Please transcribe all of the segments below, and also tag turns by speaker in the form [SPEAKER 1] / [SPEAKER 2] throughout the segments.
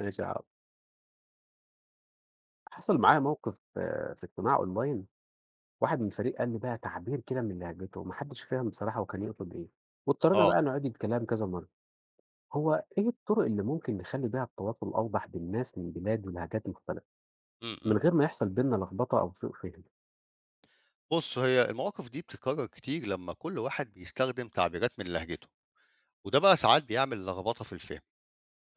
[SPEAKER 1] ماشي هاقول. حصل معايا موقف في اجتماع online. واحد من الفريق قال لي بقى تعبير كده من لهجته وما حدش فاهم بصراحة هو كان يقصد إيه، واضطرينا
[SPEAKER 2] آه،
[SPEAKER 1] بقى نعيد الكلام كذا مرة، هو إيه الطرق اللي ممكن نخلي بيها التواصل أوضح بين ناس من بلاد ولهجات مختلفة،
[SPEAKER 2] إمم، إمم.
[SPEAKER 1] من غير ما يحصل بيننا لخبطة أو سوء فهم؟
[SPEAKER 2] بُص، هي المواقف دي بتتكرر كتير لمّا كل واحد بيستخدم تعبيرات من لهجته، وده بقى ساعات بيعمل لخبطة في الفهم.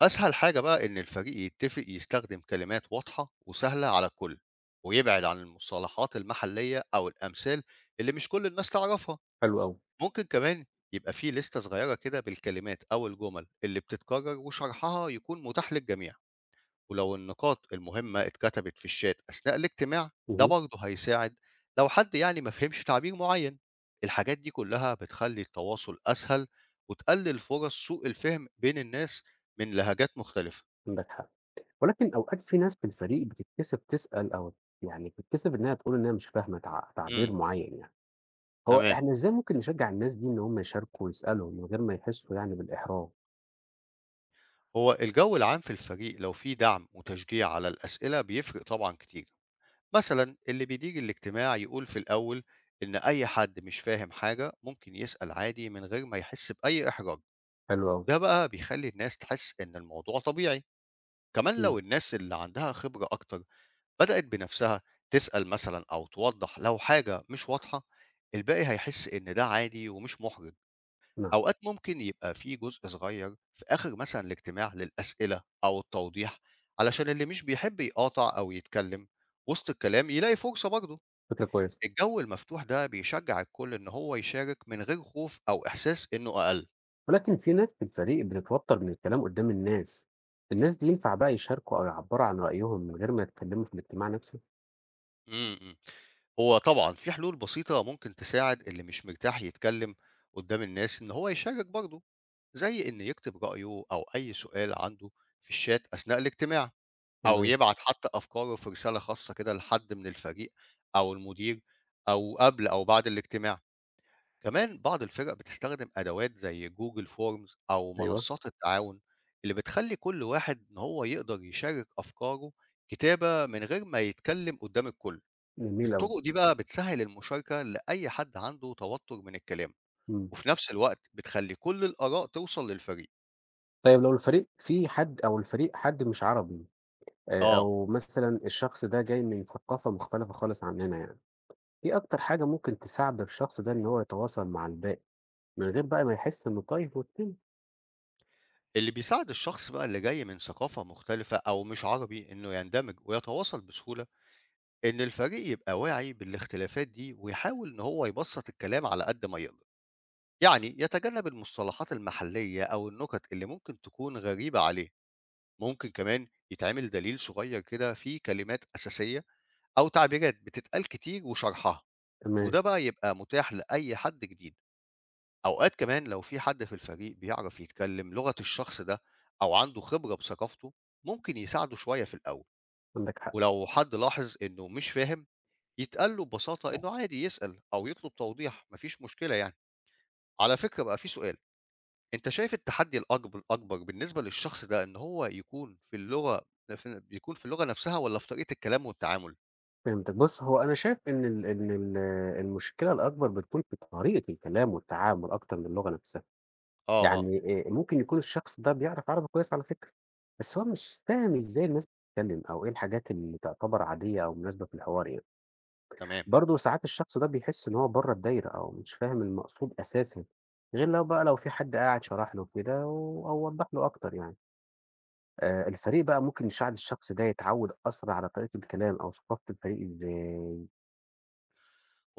[SPEAKER 2] أسهل حاجة بقى إن الفريق يتفق يستخدم كلمات واضحة وسهلة على الكل، ويبعد عن المصطلحات المحلية أو الأمثال اللي مش كل الناس تعرفها.
[SPEAKER 1] حلو أوي.
[SPEAKER 2] ممكن كمان يبقى في لِستة صغيرة كده بالكلمات أو الجُمل اللي بتتكرر وشرحها يكون متاح للجميع. ولو النقاط المهمة اتكتبت في الشات أثناء الاجتماع ده
[SPEAKER 1] اهم.
[SPEAKER 2] برضه هيساعد لو حد يعني ما فهمش تعبير معين. الحاجات دي كلها بتخلي التواصل أسهل وتقلل فرص سوء الفهم بين الناس من لهجات مختلفة.
[SPEAKER 1] عندك حق، ولكن أوقات في ناس في الفريق بتتكسف تسأل أو يعني بتتكسف إنها تقول إنها مش فاهمة تعبير
[SPEAKER 2] امم.
[SPEAKER 1] معين يعني، هو
[SPEAKER 2] تمام.
[SPEAKER 1] إحنا إزاي ممكن نشجع الناس دي إن هم يشاركوا ويسألوا من غير ما يحسوا يعني بالإحراج؟
[SPEAKER 2] هو الجو العام في الفريق لو فيه دعم وتشجيع على الأسئلة بيفرق طبعا كتير. مثلا اللي بيدير الاجتماع يقول في الأول إن أي حد مش فاهم حاجة ممكن يسأل عادي من غير ما يحس بأي إحراج.
[SPEAKER 1] حلو أوي.
[SPEAKER 2] ده بقى بيخلّي الناس تحس إن الموضوع طبيعي، كمان
[SPEAKER 1] إمم،
[SPEAKER 2] لو الناس اللي عندها خبرة أكتر بدأت بنفسها تسأل مثلًا أو توضّح لو حاجة مش واضحة، الباقي هيحس إن ده عادي ومش محرج.
[SPEAKER 1] نعم،
[SPEAKER 2] أوقات ممكن يبقى في جزء صغير في آخر مثلًا الاجتماع للأسئلة أو التوضيح، علشان اللي مش بيحب يقاطع أو يتكلم وسط الكلام يلاقي فرصة برضه.
[SPEAKER 1] فكرة كويسة.
[SPEAKER 2] الجو المفتوح ده بيشجع الكل إن هو يشارك من غير خوف أو إحساس إنه أقل.
[SPEAKER 1] ولكن في ناس في الفريق بتتوتر من الكلام قدّام الناس، الناس دي ينفع بقى يشاركوا أو يعبّروا عن رأيهم من غير ما يتكلموا في الاجتماع نفسه؟
[SPEAKER 2] إمم، إمم. هو طبعًا في حلول بسيطة ممكن تساعد اللي مش مرتاح يتكلّم قدّام الناس إن هو يشارك برضه، زي إنه يكتب رأيه أو أي سؤال عنده في الشات أثناء الاجتماع، أو
[SPEAKER 1] تمام،
[SPEAKER 2] يبعت حتى أفكاره في رسالة خاصة كده لحد من الفريق أو المدير أو قبل أو بعد الاجتماع. كمان بعض الفرق بتستخدم أدوات زي Google Forms أو
[SPEAKER 1] أيوه،
[SPEAKER 2] منصات التعاون، اللي بتخلّي كل واحد إن هو يقدر يشارك أفكاره كتابة من غير ما يتكلّم قدّام الكل.
[SPEAKER 1] جميل أوي،
[SPEAKER 2] الطرق دي بقى بتسهّل المشاركة لأي حد عنده توتر من الكلام،
[SPEAKER 1] إمم.
[SPEAKER 2] وفي نفس الوقت بتخلّي كل الآراء توصل للفريق.
[SPEAKER 1] طيب لو الفريق في حد أو الفريق حد مش عربي
[SPEAKER 2] آه،
[SPEAKER 1] أو مثلًا الشخص ده جاي من ثقافة مختلفة خالص عننا يعني، إيه أكتر حاجة ممكن تساعد الشخص ده إن هو يتواصل مع الباقي، من غير بقى ما يحس إنه تايه وسطنا؟
[SPEAKER 2] اللي بيساعد الشخص بقى اللي جاي من ثقافة مختلفة أو مش عربي إنه يندمج ويتواصل بسهولة، إن الفريق يبقى واعي بالاختلافات دي ويحاول إن هو يبسّط الكلام على قد ما يقدر. يعني يتجنب المصطلحات المحلية أو النكت اللي ممكن تكون غريبة عليه. ممكن كمان يتعمل دليل صغير كده فيه كلمات أساسية أو تعبيرات بتتقال كتير وشرحها.
[SPEAKER 1] تمام،
[SPEAKER 2] وده بقى يبقى متاح لأي حد جديد. أوقات كمان لو في حد في الفريق بيعرف يتكلم لغة الشخص ده أو عنده خبرة بثقافته ممكن يساعده شوية في الأول.
[SPEAKER 1] عندك حق.
[SPEAKER 2] ولو حد لاحظ إنه مش فاهم يتقال له ببساطة إنه عادي يسأل أو يطلب توضيح مفيش مشكلة يعني. على فكرة بقى في سؤال، أنت شايف التحدي الأكبر بالنسبة للشخص ده إن هو يكون في اللغة يكون في اللغة نفسها ولا في طريقة الكلام والتعامل؟
[SPEAKER 1] فهمتك. بُص، هو أنا شايف إن ال المشكلة الأكبر بتكون في طريقة الكلام والتعامل أكتر من اللغة نفسها،
[SPEAKER 2] آه آه.
[SPEAKER 1] يعني ممكن يكون الشخص ده بيعرف عربي كويس على فكرة، بس هو مش فاهم إزاي الناس بتتكلم أو إيه الحاجات اللي تعتبر عادية أو مناسبة في الحوار يعني،
[SPEAKER 2] تمام.
[SPEAKER 1] برضه ساعات الشخص ده بيحس إن هو برّه الدايرة أو مش فاهم المقصود أساسًا، غير لو بقى لو في حد قاعد شرح له كده و أو وضّح له أكتر يعني، الفريق بقى ممكن يساعد الشخص ده يتعوّد أسرع على طريقة الكلام أو ثقافة الفريق إزاي؟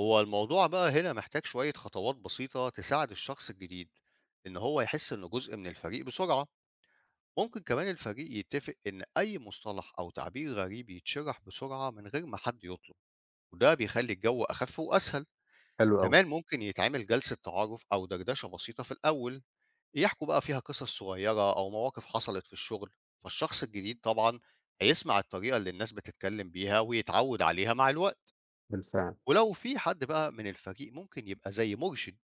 [SPEAKER 2] هو الموضوع بقى هنا محتاج شوية خطوات بسيطة تساعد الشخص الجديد إن هو يحس إنه جزء من الفريق بسرعة. ممكن كمان الفريق يتفق إن أي مصطلح أو تعبير غريب يتشرح بسرعة من غير ما حد يطلب، وده بيخلي الجو أخف وأسهل.
[SPEAKER 1] حلو أوي.
[SPEAKER 2] كمان ممكن يتعمل جلسة تعارف أو دردشة بسيطة في الأول يحكوا بقى فيها قصص صغيرة أو مواقف حصلت في الشغل، فالشخص الجديد طبعا هيسمع الطريقة اللي الناس بتتكلم بيها ويتعود عليها مع الوقت.
[SPEAKER 1] بالفعل.
[SPEAKER 2] ولو في حد بقى من الفريق ممكن يبقى زي مرشد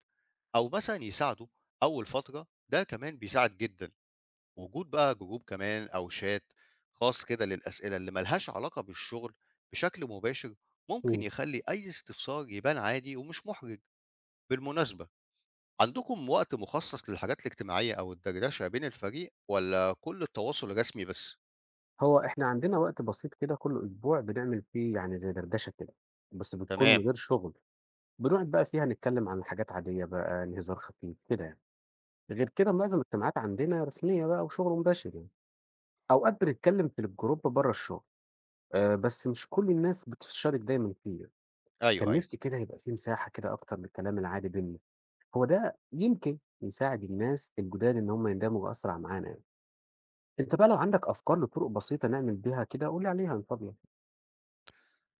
[SPEAKER 2] أو مثلًا يساعده أول فترة، ده كمان بيساعد جدًا. وجود بقى جروب كمان أو شات خاص كده للأسئلة اللي ما لهاش علاقة بالشغل بشكل مباشر، ممكن
[SPEAKER 1] إمم.
[SPEAKER 2] يخلّي أي استفسار يبان عادي ومش محرج. بالمناسبة، عندكم وقت مخصص للحاجات الاجتماعية أو الدردشة بين الفريق والّا كل التواصل رسمي بس؟
[SPEAKER 1] هو إحنا عندنا وقت بسيط كده كل أسبوع بنعمل فيه يعني زي دردشة كده، بس بتكون من
[SPEAKER 2] تمام.
[SPEAKER 1] غير شغل، بنقعد بقى فيها نتكلم عن حاجات عادية بقى، الهزار خفيف كده يعني. غير كده معظم الاجتماعات عندنا رسمية بقى وشغل مباشر يعني. أوقات بنتكلم في الجروب بره الشغل، بس مش كل الناس بتشارك دايمًا فيه يعني.
[SPEAKER 2] أيوه،
[SPEAKER 1] كان
[SPEAKER 2] أيوه.
[SPEAKER 1] نفسي كده يبقى في مساحة كده أكتر للكلام العادي بيننا، هو ده يمكن يساعد الناس الجداد إن هم يندمجوا أسرع معانا يعني. أنت بقى لو عندك أفكار لطرق بسيطة نعمل بيها كده قُل لي عليها أنا فاضي.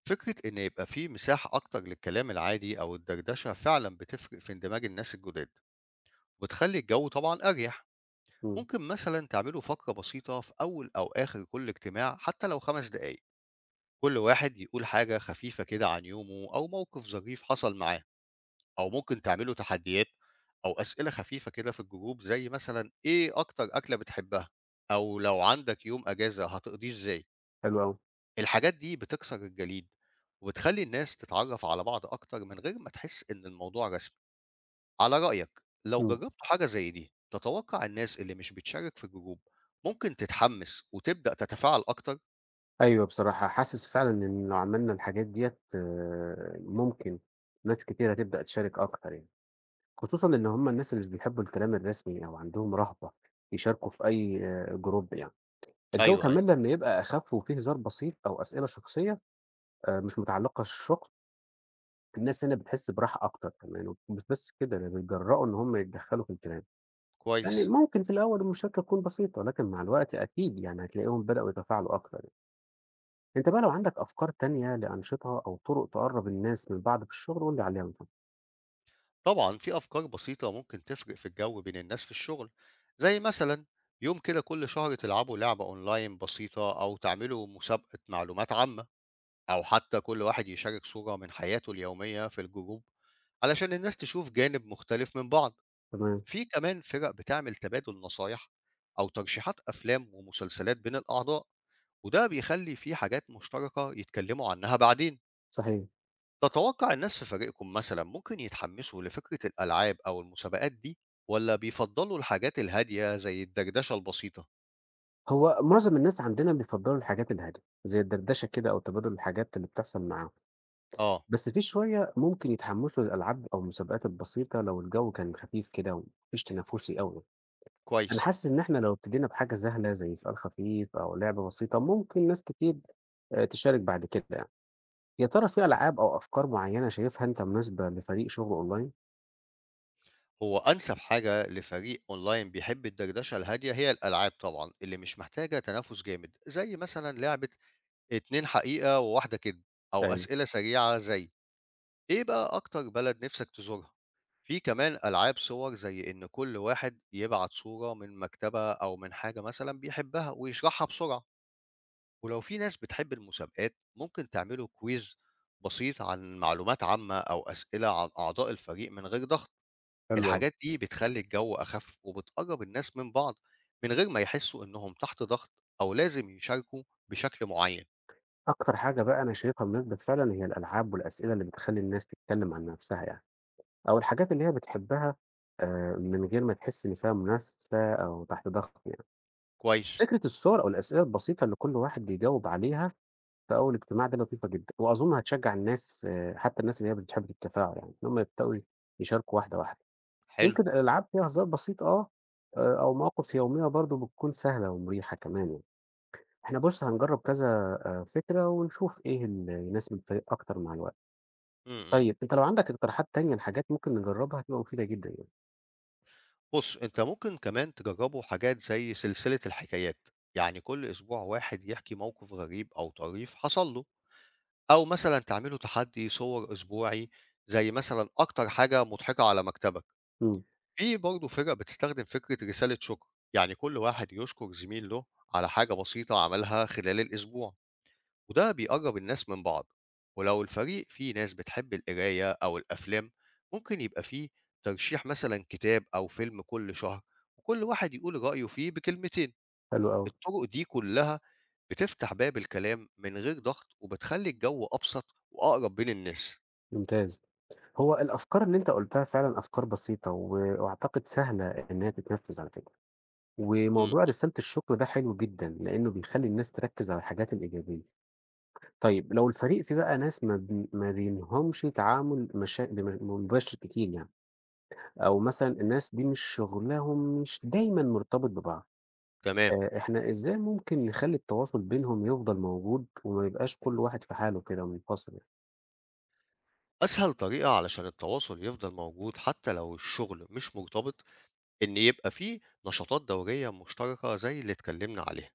[SPEAKER 2] فكرة إن يبقى في مساحة أكتر للكلام العادي أو الدردشة فعلًا بتفرق في اندماج الناس الجداد، وبتخلّي الجو طبعًا أريح.
[SPEAKER 1] إمم،
[SPEAKER 2] ممكن مثلا تعملوا فقرة بسيطة في أول أو آخر كل اجتماع حتى لو خمس دقايق كل واحد يقول حاجة خفيفة كده عن يومه أو موقف ظريف حصل معاه. أو ممكن تعملوا تحديات أو أسئلة خفيفة كده في الجروب زي مثلا إيه أكتر أكلة بتحبها أو لو عندك يوم أجازة هتقضيه إزاي.
[SPEAKER 1] حلو أوي،
[SPEAKER 2] الحاجات دي بتكسر الجليد وبتخلي الناس تتعرف على بعض أكتر من غير ما تحس إن الموضوع رسمي. على رأيك لو
[SPEAKER 1] إمم،
[SPEAKER 2] جربتوا حاجة زي دي، تتوقع الناس اللي مش بتشارك في جروب ممكن تتحمس وتبدأ تتفاعل أكتر؟
[SPEAKER 1] أيوه بصراحة حاسس فعلًا إن لو عملنا الحاجات ديّة ممكن ناس كتيرة تبدأ تشارك أكتر يعني، خصوصًا إن هُم الناس اللي مش بيحبوا الكلام الرسمي أو عندهم رهبة يشاركوا في أي group يعني، الجو
[SPEAKER 2] ايوه ايوه.
[SPEAKER 1] كمان لمّا يبقى أخف وفيه هزار بسيط أو أسئلة شخصية مش متعلقة بالشغل، الناس هنا بتحس براحة أكتر كمان، مش بس كده ده بيتجرأوا إن هُم يتدخلوا في الكلام، يعني
[SPEAKER 2] كويس.
[SPEAKER 1] ممكن في الأول المشاركة تكون بسيطة، لكن مع الوقت أكيد يعني هتلاقيهم بدأوا يتفاعلوا أكتر. أنت بقى لو عندك أفكار تانية لأنشطة أو طرق تقرّب الناس من بعض في الشغل قُل لي عليها طبعًا.
[SPEAKER 2] طبعا في أفكار بسيطة ممكن تفرق في الجو بين الناس في الشغل، زي مثلا يوم كده كل شهر تلعبوا لعبة أونلاين بسيطة أو تعملوا مسابقة معلومات عامة أو حتى كل واحد يشارك صورة من حياته اليومية في الجروب علشان الناس تشوف جانب مختلف من بعض.
[SPEAKER 1] تمام.
[SPEAKER 2] في كمان فرق بتعمل تبادل نصايح أو ترشيحات أفلام ومسلسلات بين الأعضاء، وده بيخلي في حاجات مشتركة يتكلموا عنها بعدين.
[SPEAKER 1] صحيح.
[SPEAKER 2] تتوقع الناس في فريقكم مثلا ممكن يتحمسوا لفكرة الألعاب أو المسابقات دي ولا بيفضلوا الحاجات الهادية زي الدردشة البسيطة؟
[SPEAKER 1] هو معظم الناس عندنا بيفضّلوا الحاجات الهادية، زي الدردشة كده أو تبادل الحاجات اللي بتحصل معاهم،
[SPEAKER 2] آه.
[SPEAKER 1] بس في شوية ممكن يتحمّسوا للألعاب أو المسابقات البسيطة لو الجو كان خفيف كده وما فيش تنافسي أوي. أنا
[SPEAKER 2] كويس.
[SPEAKER 1] حاسس إن إحنا لو ابتدينا بحاجة سهلة زي سؤال خفيف أو لعبة بسيطة، ممكن ناس كتير تشارك بعد كده يعني. يا ترى في ألعاب أو أفكار معيّنة شايفها أنت مناسبة لفريق شغل أونلاين؟
[SPEAKER 2] هو أنسب حاجة لفريق أونلاين بيحب الدردشة الهادية هي الألعاب طبعا اللي مش محتاجة تنافس جامد، زي مثلا لعبة اتنين حقيقة وواحدة كده، أو
[SPEAKER 1] أيوه،
[SPEAKER 2] أسئلة سريعة زي إيه بقى أكتر بلد نِفْسك تزورها؟ في كمان ألعاب صور زي إن كل واحد يبعت صورة من مكتبة أو من حاجة مثلًا بيحبها ويشرحها بسرعة، ولو في ناس بتحب المسابقات ممكن تعملوا كويز بسيط عن معلومات عامة أو أسئلة عن أعضاء الفريق من غير ضغط.
[SPEAKER 1] حلو أوي.
[SPEAKER 2] الحاجات دي بتخلّي الجو أخف وبتقرّب الناس من بعض من غير ما يحسّوا إنهم تحت ضغط أو لازم يشاركوا بشكل معيّن.
[SPEAKER 1] أكتر حاجة بقى أنا شايفها مناسبة فعلًا هي الألعاب والأسئلة اللي بتخلّي الناس تتكلم عن نفسها يعني، أو الحاجات اللي هي بتحبها من غير ما تحس إن فيها منافسة أو تحت ضغط يعني.
[SPEAKER 2] كويس.
[SPEAKER 1] فكرة الصور أو الأسئلة البسيطة اللي كل واحد يجاوب عليها في أول اجتماع دي لطيفة جدًا، وأظن هتشجع الناس آه، حتى الناس اللي هي بتحب التفاعل يعني، إن هم يبدأوا يشاركوا واحدة واحدة.
[SPEAKER 2] حلو.
[SPEAKER 1] يمكن الألعاب فيها هزار بسيط أو مواقف يومية برضه بتكون سهلة ومريحة كمان يعني. إحنا بُص هنجرّب كذا فكرة ونشوف إيه اللي يناسب الفريق أكتر مع الوقت.
[SPEAKER 2] إمم، إمم.
[SPEAKER 1] طيب أنت لو عندك اقتراحات تانية لحاجات ممكن نجرّبها هتبقى مفيدة جدًا يعني.
[SPEAKER 2] بُص، أنت ممكن كمان تجرّبوا حاجات زي سلسلة الحكايات، يعني كل أسبوع واحد يحكي موقف غريب أو طريف حصل له، أو مثلًا تعملوا تحدي صور أسبوعي زي مثلًا أكتر حاجة مضحكة على مكتبك.
[SPEAKER 1] إمم،
[SPEAKER 2] في برضه فرق بتستخدم فكرة رسالة شكر، يعني كل واحد يشكر زميل له على حاجة بسيطة عملها خلال الأسبوع. وده بيقرب الناس من بعض. ولو الفريق فيه ناس بتحب القراية أو الأفلام ممكن يبقى فيه ترشيح مثلا كتاب أو فيلم كل شهر وكل واحد يقول رأيه فيه بكلمتين.
[SPEAKER 1] حلو أوي،
[SPEAKER 2] الطرق دي كلها بتفتح باب الكلام من غير ضغط وبتخلي الجو أبسط وأقرب بين الناس.
[SPEAKER 1] ممتاز. هو الأفكار اللي أنت قُلتها فعلًا أفكار بسيطة وأعتقد سهلة إن هي تتنفّذ على فكرة،
[SPEAKER 2] مم.
[SPEAKER 1] وموضوع رسالة الشكر ده حلو جدًا، لإنه بيخلّي الناس تركّز على الحاجات الإيجابية. طيب لو الفريق فيه بقى ناس ما بينهمش تعامل مشا بم مباشر كتير يعني، أو مثلًا الناس دي مش شغلهم مش دايمًا مرتبط ببعض.
[SPEAKER 2] تمام.
[SPEAKER 1] إحنا إزاي ممكن نخلّي التواصل بينهم يفضل موجود وما يبقاش كل واحد في حاله كده منفصل يعني؟
[SPEAKER 2] أسهل طريقة علشان التواصل يفضل موجود حتى لو الشغل مش مرتبط إن يبقى فيه نشاطات دورية مشتركة زي اللي اتكلمنا عليها.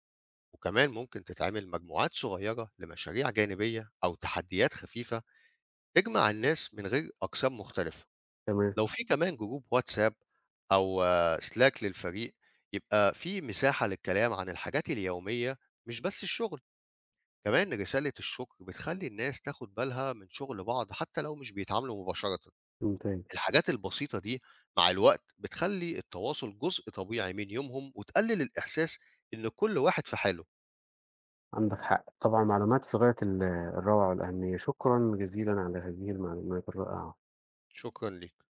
[SPEAKER 2] وكمان ممكن تتعمل مجموعات صغيرة لمشاريع جانبية أو تحديات خفيفة تجمع الناس من غير أقسام مختلفة.
[SPEAKER 1] تمام،
[SPEAKER 2] لو في كمان جروب واتساب أو سلاك للفريق يبقى في مساحة للكلام عن الحاجات اليومية مش بس الشغل. كمان رسالة الشكر بتخلي الناس تاخد بالها من شغل بعض حتى لو مش بيتعاملوا مباشرة.
[SPEAKER 1] ممتاز،
[SPEAKER 2] الحاجات البسيطة دي مع الوقت بتخلي التواصل جزء طبيعي من يومهم وتقلل الإحساس إن كل واحد في حاله.
[SPEAKER 1] عندك حق. طبعًا معلومات في غاية الروعة والأهمية، شكرًا جزيلًا على هذه المعلومات الرائعة.
[SPEAKER 2] شكرا ليك.